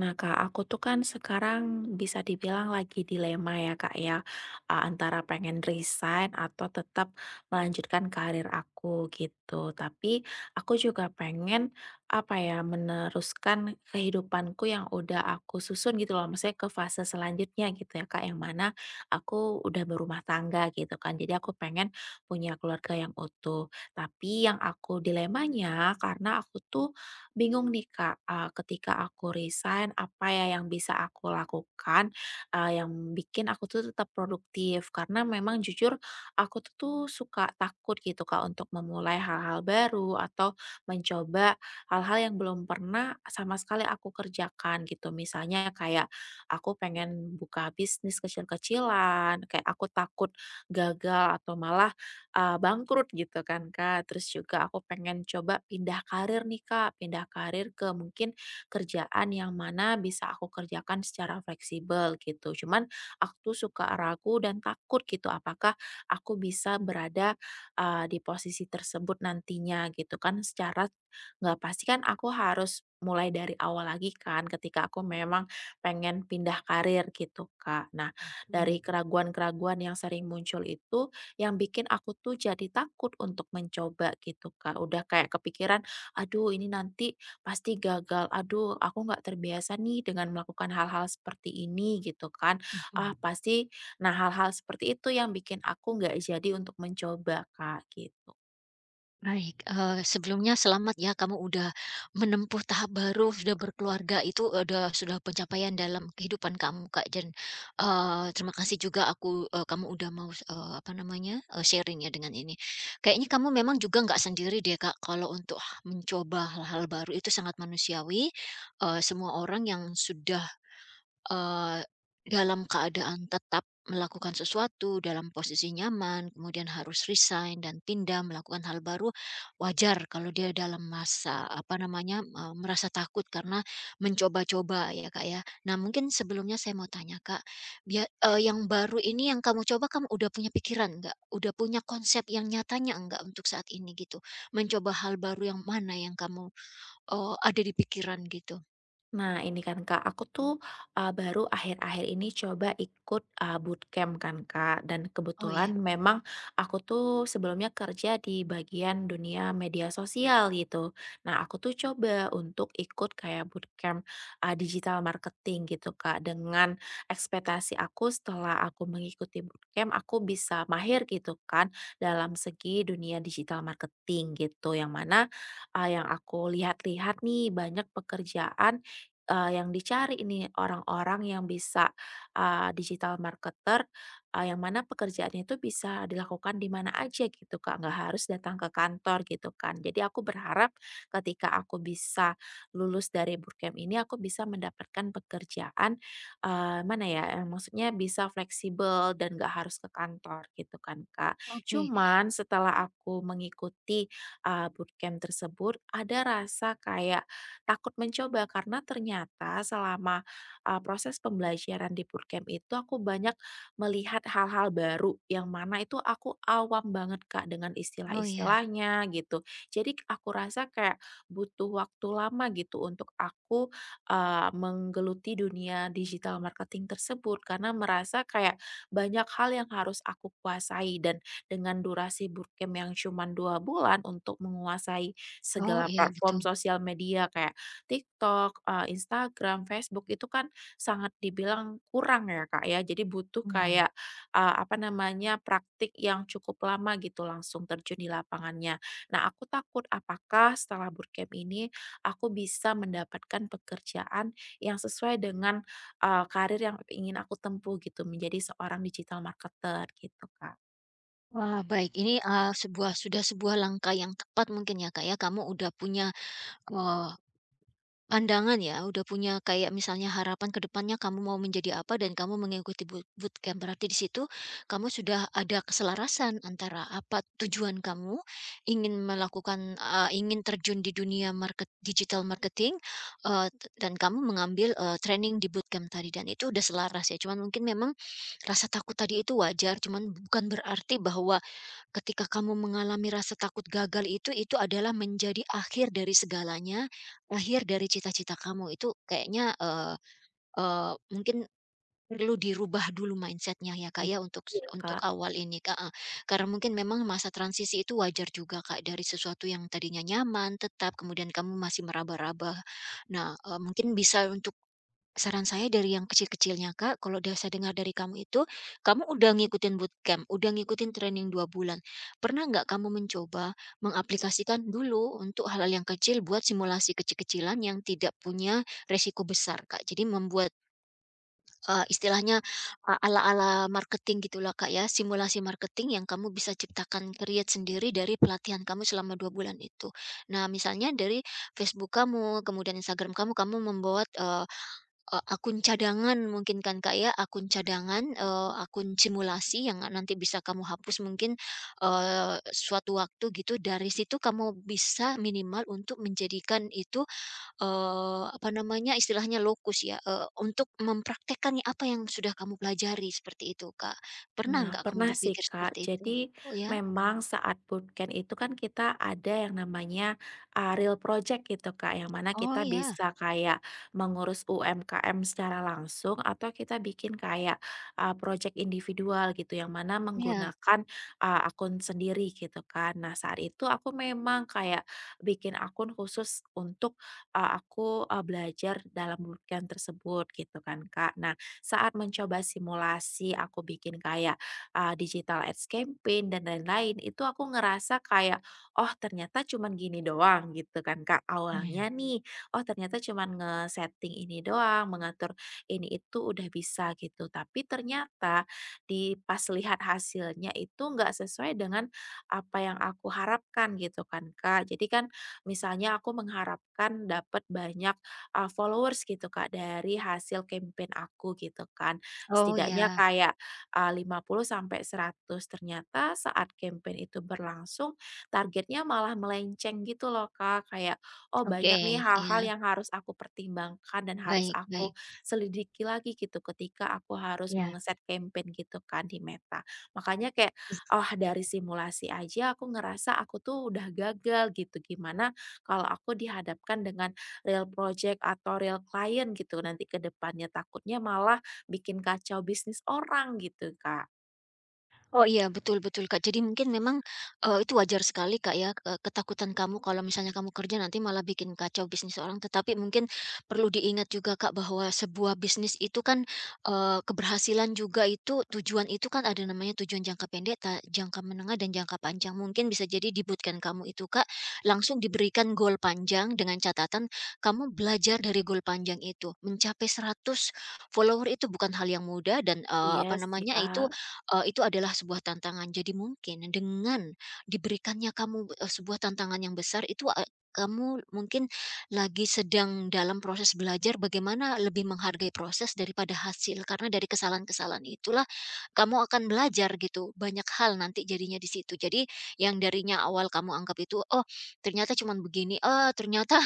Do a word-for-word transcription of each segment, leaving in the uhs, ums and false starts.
Nah, Kak, aku tuh kan sekarang bisa dibilang lagi dilema ya, Kak, ya. A antara pengen resign atau tetap melanjutkan karir aku gitu. Tapi aku juga pengen apa ya, meneruskan kehidupanku yang udah aku susun gitu loh. Maksudnya ke fase selanjutnya gitu ya, Kak, yang mana aku udah berumah tangga gitu kan. Jadi aku pengen punya keluarga yang utuh. Tapi yang aku dilemanya karena aku tuh bingung nih Kak, eee, ketika aku resign apa ya yang bisa aku lakukan, eee, yang bikin aku tuh tetap produktif. Karena memang jujur aku tuh tuh suka takut gitu Kak untuk memulai hal-hal baru atau mencoba hal-hal yang belum pernah sama sekali aku kerjakan gitu. Misalnya kayak aku pengen buka bisnis kecil-kecilan, kayak aku takut gagal atau malah eee, bangkrut gitu kan, Kak. Terus juga aku pengen coba pindah karir nih, Kak, pindah karir ke mungkin kerjaan yang mana bisa aku kerjakan secara fleksibel gitu. Cuman aku tuh suka ragu dan takut gitu apakah aku bisa berada, eee, di posisi tersebut nantinya gitu kan. Secara nggak pasti kan aku harus mulai dari awal lagi kan ketika aku memang pengen pindah karir gitu, Kak. Nah, dari Baik, keraguan-keraguan yang sering muncul itu yang bikin aku tuh jadi takut untuk mencoba gitu, Kak. Udah kayak kepikiran, "Aduh, ini nanti pasti gagal. Aduh, aku nggak terbiasa nih dengan melakukan hal-hal seperti ini," gitu kan. Ah, mhm. pasti nah Hal-hal seperti itu yang bikin aku nggak jadi untuk mencoba, Kak, gitu. Baik, eee, sebelumnya selamat ya kamu udah menempuh tahap baru, sudah berkeluarga itu udah sudah pencapaian dalam kehidupan kamu, Kak, dan, eee, terima kasih juga aku eee, kamu udah mau, eee, apa namanya, eee, sharing ya dengan ini. Kayaknya kamu memang juga nggak sendiri deh, Kak, kalau untuk mencoba hal-hal baru itu sangat manusiawi, eee, semua orang yang sudah Eee, dalam keadaan tetap melakukan sesuatu, dalam posisi nyaman, kemudian harus resign dan pindah melakukan hal baru, wajar kalau dia dalam masa, apa namanya, eee, merasa takut karena mencoba-coba ya, Kak, ya. Nah, mungkin sebelumnya saya mau tanya, Kak, bia eee, yang baru ini yang kamu coba kamu udah punya pikiran nggak? Udah punya konsep yang nyatanya nggak untuk saat ini gitu? Mencoba hal baru yang mana yang kamu, eee, ada di pikiran gitu? Nah, ini kan Kak, aku tuh, eee, baru akhir-akhir ini coba ikut, eee, bootcamp kan Kak, dan Oh, iya. kebetulan memang aku tuh sebelumnya kerja di bagian dunia media sosial gitu. Nah, aku tuh coba untuk ikut kayak bootcamp, eee, digital marketing gitu Kak, dengan ekspektasi aku setelah aku mengikuti bootcamp, aku bisa mahir gitu kan dalam segi dunia digital marketing gitu. Yang mana, eee, yang aku lihat-lihat nih banyak pekerjaan Eee, yang dicari ini orang-orang yang bisa, eee, digital marketer, eee, yang mana pekerjaannya itu bisa dilakukan di mana aja gitu, Kak, nggak harus datang ke kantor gitu kan. Jadi aku berharap ketika aku bisa lulus dari bootcamp ini, aku bisa mendapatkan pekerjaan, eee, mana ya, eee, maksudnya bisa fleksibel dan nggak harus ke kantor gitu kan, Kak. Oke. Cuman setelah aku mengikuti, eee, bootcamp tersebut, ada rasa kayak takut mencoba karena ternyata selama, eee, proses pembelajaran di bootcamp itu aku banyak melihat hal-hal baru yang mana itu aku awam banget, Kak, dengan Oh, iya. istilah-istilahnya gitu. Jadi aku rasa kayak butuh waktu lama gitu untuk aku, eee, menggeluti dunia digital marketing tersebut karena merasa kayak banyak hal yang harus aku kuasai dan dengan durasi bootcamp yang cuma dua bulan untuk menguasai Oh, segala iya platform betul. sosial media kayak TikTok, eee, Instagram, Facebook itu kan sangat dibilang kurang ya, Kak, ya. Jadi butuh Nah. kayak, eee, apa namanya, praktik yang cukup lama gitu langsung terjun di lapangannya. Nah, aku takut apakah setelah bootcamp ini aku bisa mendapatkan pekerjaan yang sesuai dengan, eee, karir yang ingin aku tempuh gitu, menjadi seorang digital marketer gitu, Kak. Wah, baik ini, eee, sebuah sudah sebuah langkah yang tepat mungkin ya, Kak, ya. Kamu udah punya pandangan ya? Udah punya kayak misalnya harapan ke depannya kamu mau menjadi apa dan kamu mengikuti boot bootcamp. Berarti di situ kamu sudah ada keselarasan antara apa tujuan kamu ingin melakukan, eee, ingin terjun di dunia market digital marketing, eee, t dan kamu mengambil, eee, training di bootcamp tadi dan itu udah selaras ya. Cuman mungkin memang rasa takut tadi itu wajar, cuman bukan berarti bahwa ketika kamu mengalami rasa takut gagal itu, itu adalah menjadi akhir dari segalanya, akhir dari cita-cita kamu. Itu kayaknya, eee eee, mungkin perlu dirubah dulu mindsetnya ya, Kak, ya, untuk Iya, untuk Kak. awal ini, Kak, heeh. Karena mungkin memang masa transisi itu wajar juga, Kak, dari sesuatu yang tadinya nyaman, tetap, kemudian kamu masih meraba-raba. Nah, eee, mungkin bisa untuk saran saya dari yang kecil-kecilnya, Kak, kalau udah saya dengar dari kamu itu, kamu udah ngikutin bootcamp, udah ngikutin training dua bulan. Pernah nggak kamu mencoba mengaplikasikan dulu untuk hal-hal yang kecil buat simulasi kecil-kecilan yang tidak punya resiko besar, Kak? Jadi membuat, eee, istilahnya, eee, ala-ala marketing gitulah, Kak, ya, simulasi marketing yang kamu bisa ciptakan create sendiri dari pelatihan kamu selama dua bulan itu. Nah, misalnya dari Facebook kamu, kemudian Instagram kamu, kamu membuat, eh, E akun cadangan mungkin kan, Kak, ya? Akun cadangan, eee, akun simulasi yang nanti bisa kamu hapus mungkin, eee, suatu waktu gitu. Dari situ kamu bisa minimal untuk menjadikan itu, eee, apa namanya, istilahnya lokus ya, eee, untuk mempraktekkan apa yang sudah kamu pelajari, seperti itu, Kak. Pernah Nah, nggak kamu pernah sih, berpikir Kak. seperti itu? Jadi, Oh ya? memang saat bootcamp itu kan kita ada yang namanya, eee, real project gitu, Kak, yang mana Oh kita ya? bisa kayak mengurus U M K M secara langsung atau kita bikin kayak, eee, project individual gitu, yang mana Ya. menggunakan, eee, akun sendiri gitu kan. Nah, saat itu aku memang kayak bikin akun khusus untuk, eee, aku, eee, belajar dalam bootcamp tersebut gitu kan, Kak. Nah, saat mencoba simulasi, aku bikin kayak eee, digital ads campaign dan lain-lain, itu aku ngerasa kayak, "Oh ternyata cuman gini doang," gitu kan Kak, awalnya Iya. nih, "Oh ternyata cuman nge-setting ini doang, mengatur ini itu udah bisa," gitu. Tapi ternyata di pas lihat hasilnya itu nggak sesuai dengan apa yang aku harapkan gitu kan Kak. Jadi kan misalnya aku mengharapkan dapat banyak, eee, followers gitu Kak dari hasil campaign aku gitu kan. Oh Setidaknya ya. kayak eh, lima puluh sampai seratus. Ternyata saat campaign itu berlangsung, targetnya malah melenceng gitu loh, Kak. Kayak, oh Oke, banyak nih hal-hal ya. yang harus aku pertimbangkan dan harus Baik, baik. aku selidiki lagi gitu ketika aku harus Ya. mengeset campaign gitu kan di Meta. Makanya kayak, oh dari simulasi aja aku ngerasa aku tuh udah gagal gitu. Gimana kalau aku dihadapkan dengan real project atau real client gitu nanti ke depannya. Takutnya malah bikin kacau bisnis orang gitu, Kak. Oh iya, betul, betul, Kak. Jadi mungkin memang, eee, itu wajar sekali, Kak, ya, eee, ketakutan kamu kalau misalnya kamu kerja nanti malah bikin kacau bisnis orang. Tetapi mungkin perlu diingat juga, Kak, bahwa sebuah bisnis itu kan, eee, keberhasilan juga itu tujuan itu kan ada namanya tujuan jangka pendek, ta jangka menengah, dan jangka panjang. Mungkin bisa jadi di kamu itu, Kak, langsung diberikan goal panjang dengan catatan kamu belajar dari goal panjang itu. Mencapai seratus follower itu bukan hal yang mudah dan, eee, Iya apa sih, namanya, itu Kak. eee, itu adalah sebuah tantangan. Jadi mungkin dengan diberikannya kamu, eee, sebuah tantangan yang besar itu, eee, kamu mungkin lagi sedang dalam proses belajar bagaimana lebih menghargai proses daripada hasil. Karena dari kesalahan-kesalahan itulah kamu akan belajar gitu, banyak hal nanti jadinya di situ. Jadi yang darinya awal kamu anggap itu, "Oh ternyata cuman begini, oh ternyata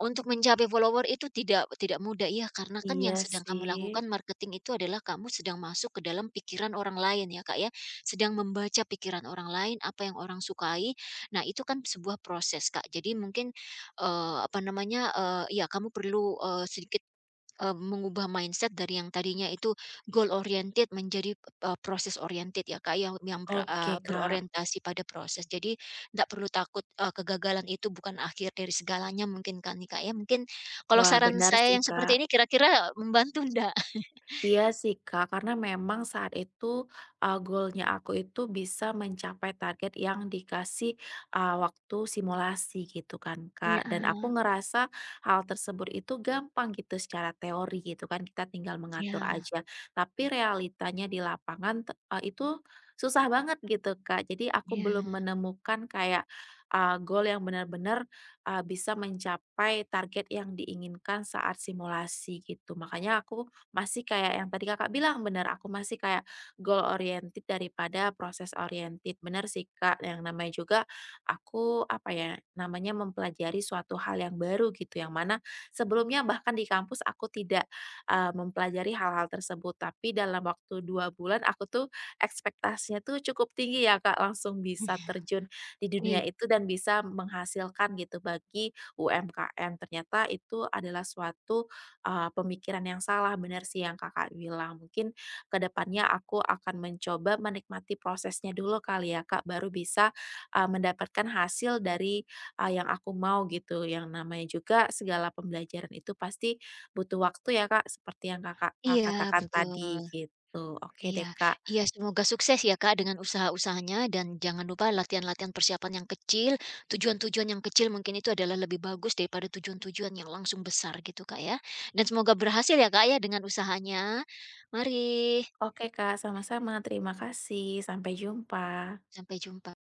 untuk mencapai follower itu tidak tidak mudah," ya karena kan yang Iya sedang kamu lakukan sih. marketing itu adalah kamu sedang masuk ke dalam pikiran orang lain ya, Kak, ya. Sedang membaca pikiran orang lain, apa yang orang sukai. Nah, itu kan sebuah proses, Kak. Jadi mungkin, eee, apa namanya, eee, ya kamu perlu, eee, sedikit Eee, mengubah mindset dari yang tadinya itu goal oriented menjadi, eee, proses oriented ya, Kak, yang yang ber Oke, eee, Kak. berorientasi pada proses. Jadi tidak perlu takut, eee, kegagalan itu bukan akhir dari segalanya mungkin kan nih, Kak, ya. Mungkin kalau Wah, saran benar saya sih, yang Kak. seperti ini kira-kira membantu ndak? Iya sih Kak, karena memang saat itu, eee, goal aku itu bisa mencapai target yang dikasih, eee, waktu simulasi gitu kan Kak, dan aku Ya. ngerasa hal tersebut itu gampang gitu secara teori gitu kan, kita tinggal mengatur Ya. aja. Tapi realitanya di lapangan te eee, itu susah banget gitu Kak, jadi aku Ya. belum Iya. menemukan kayak, eee, goal yang benar-benar, eee, bisa mencapai target yang diinginkan saat simulasi gitu. Makanya aku masih kayak yang tadi Kakak bilang bener, aku masih kayak goal oriented daripada proses oriented. Bener sih Kak, yang namanya juga aku apa ya, namanya mempelajari suatu hal yang baru gitu, yang mana sebelumnya bahkan di kampus aku tidak, eee, mempelajari hal-hal tersebut. Tapi dalam waktu dua bulan aku tuh ekspektasinya tuh cukup tinggi ya Kak, langsung bisa terjun di dunia itu dan bisa menghasilkan gitu bagi U M K M. Ternyata itu adalah suatu eee, pemikiran yang salah, bener sih yang Kakak bilang. Mungkin ke depannya aku akan mencoba menikmati prosesnya dulu kali ya, Kak, baru bisa, eee, mendapatkan hasil dari, eee, yang aku mau gitu. Yang namanya juga segala pembelajaran itu pasti butuh waktu ya, Kak, seperti yang Kakak, eee, Iya, katakan tadi betul. gitu. Oke Iya, deh, Kak. iya, semoga sukses ya Kak dengan usaha-usahanya dan jangan lupa latihan-latihan persiapan yang kecil, tujuan-tujuan yang kecil mungkin itu adalah lebih bagus daripada tujuan-tujuan yang langsung besar gitu Kak ya. Dan semoga berhasil ya Kak ya dengan usahanya. Mari, Oke, Kak, sama-sama. Terima kasih. Sampai jumpa. sampai jumpa.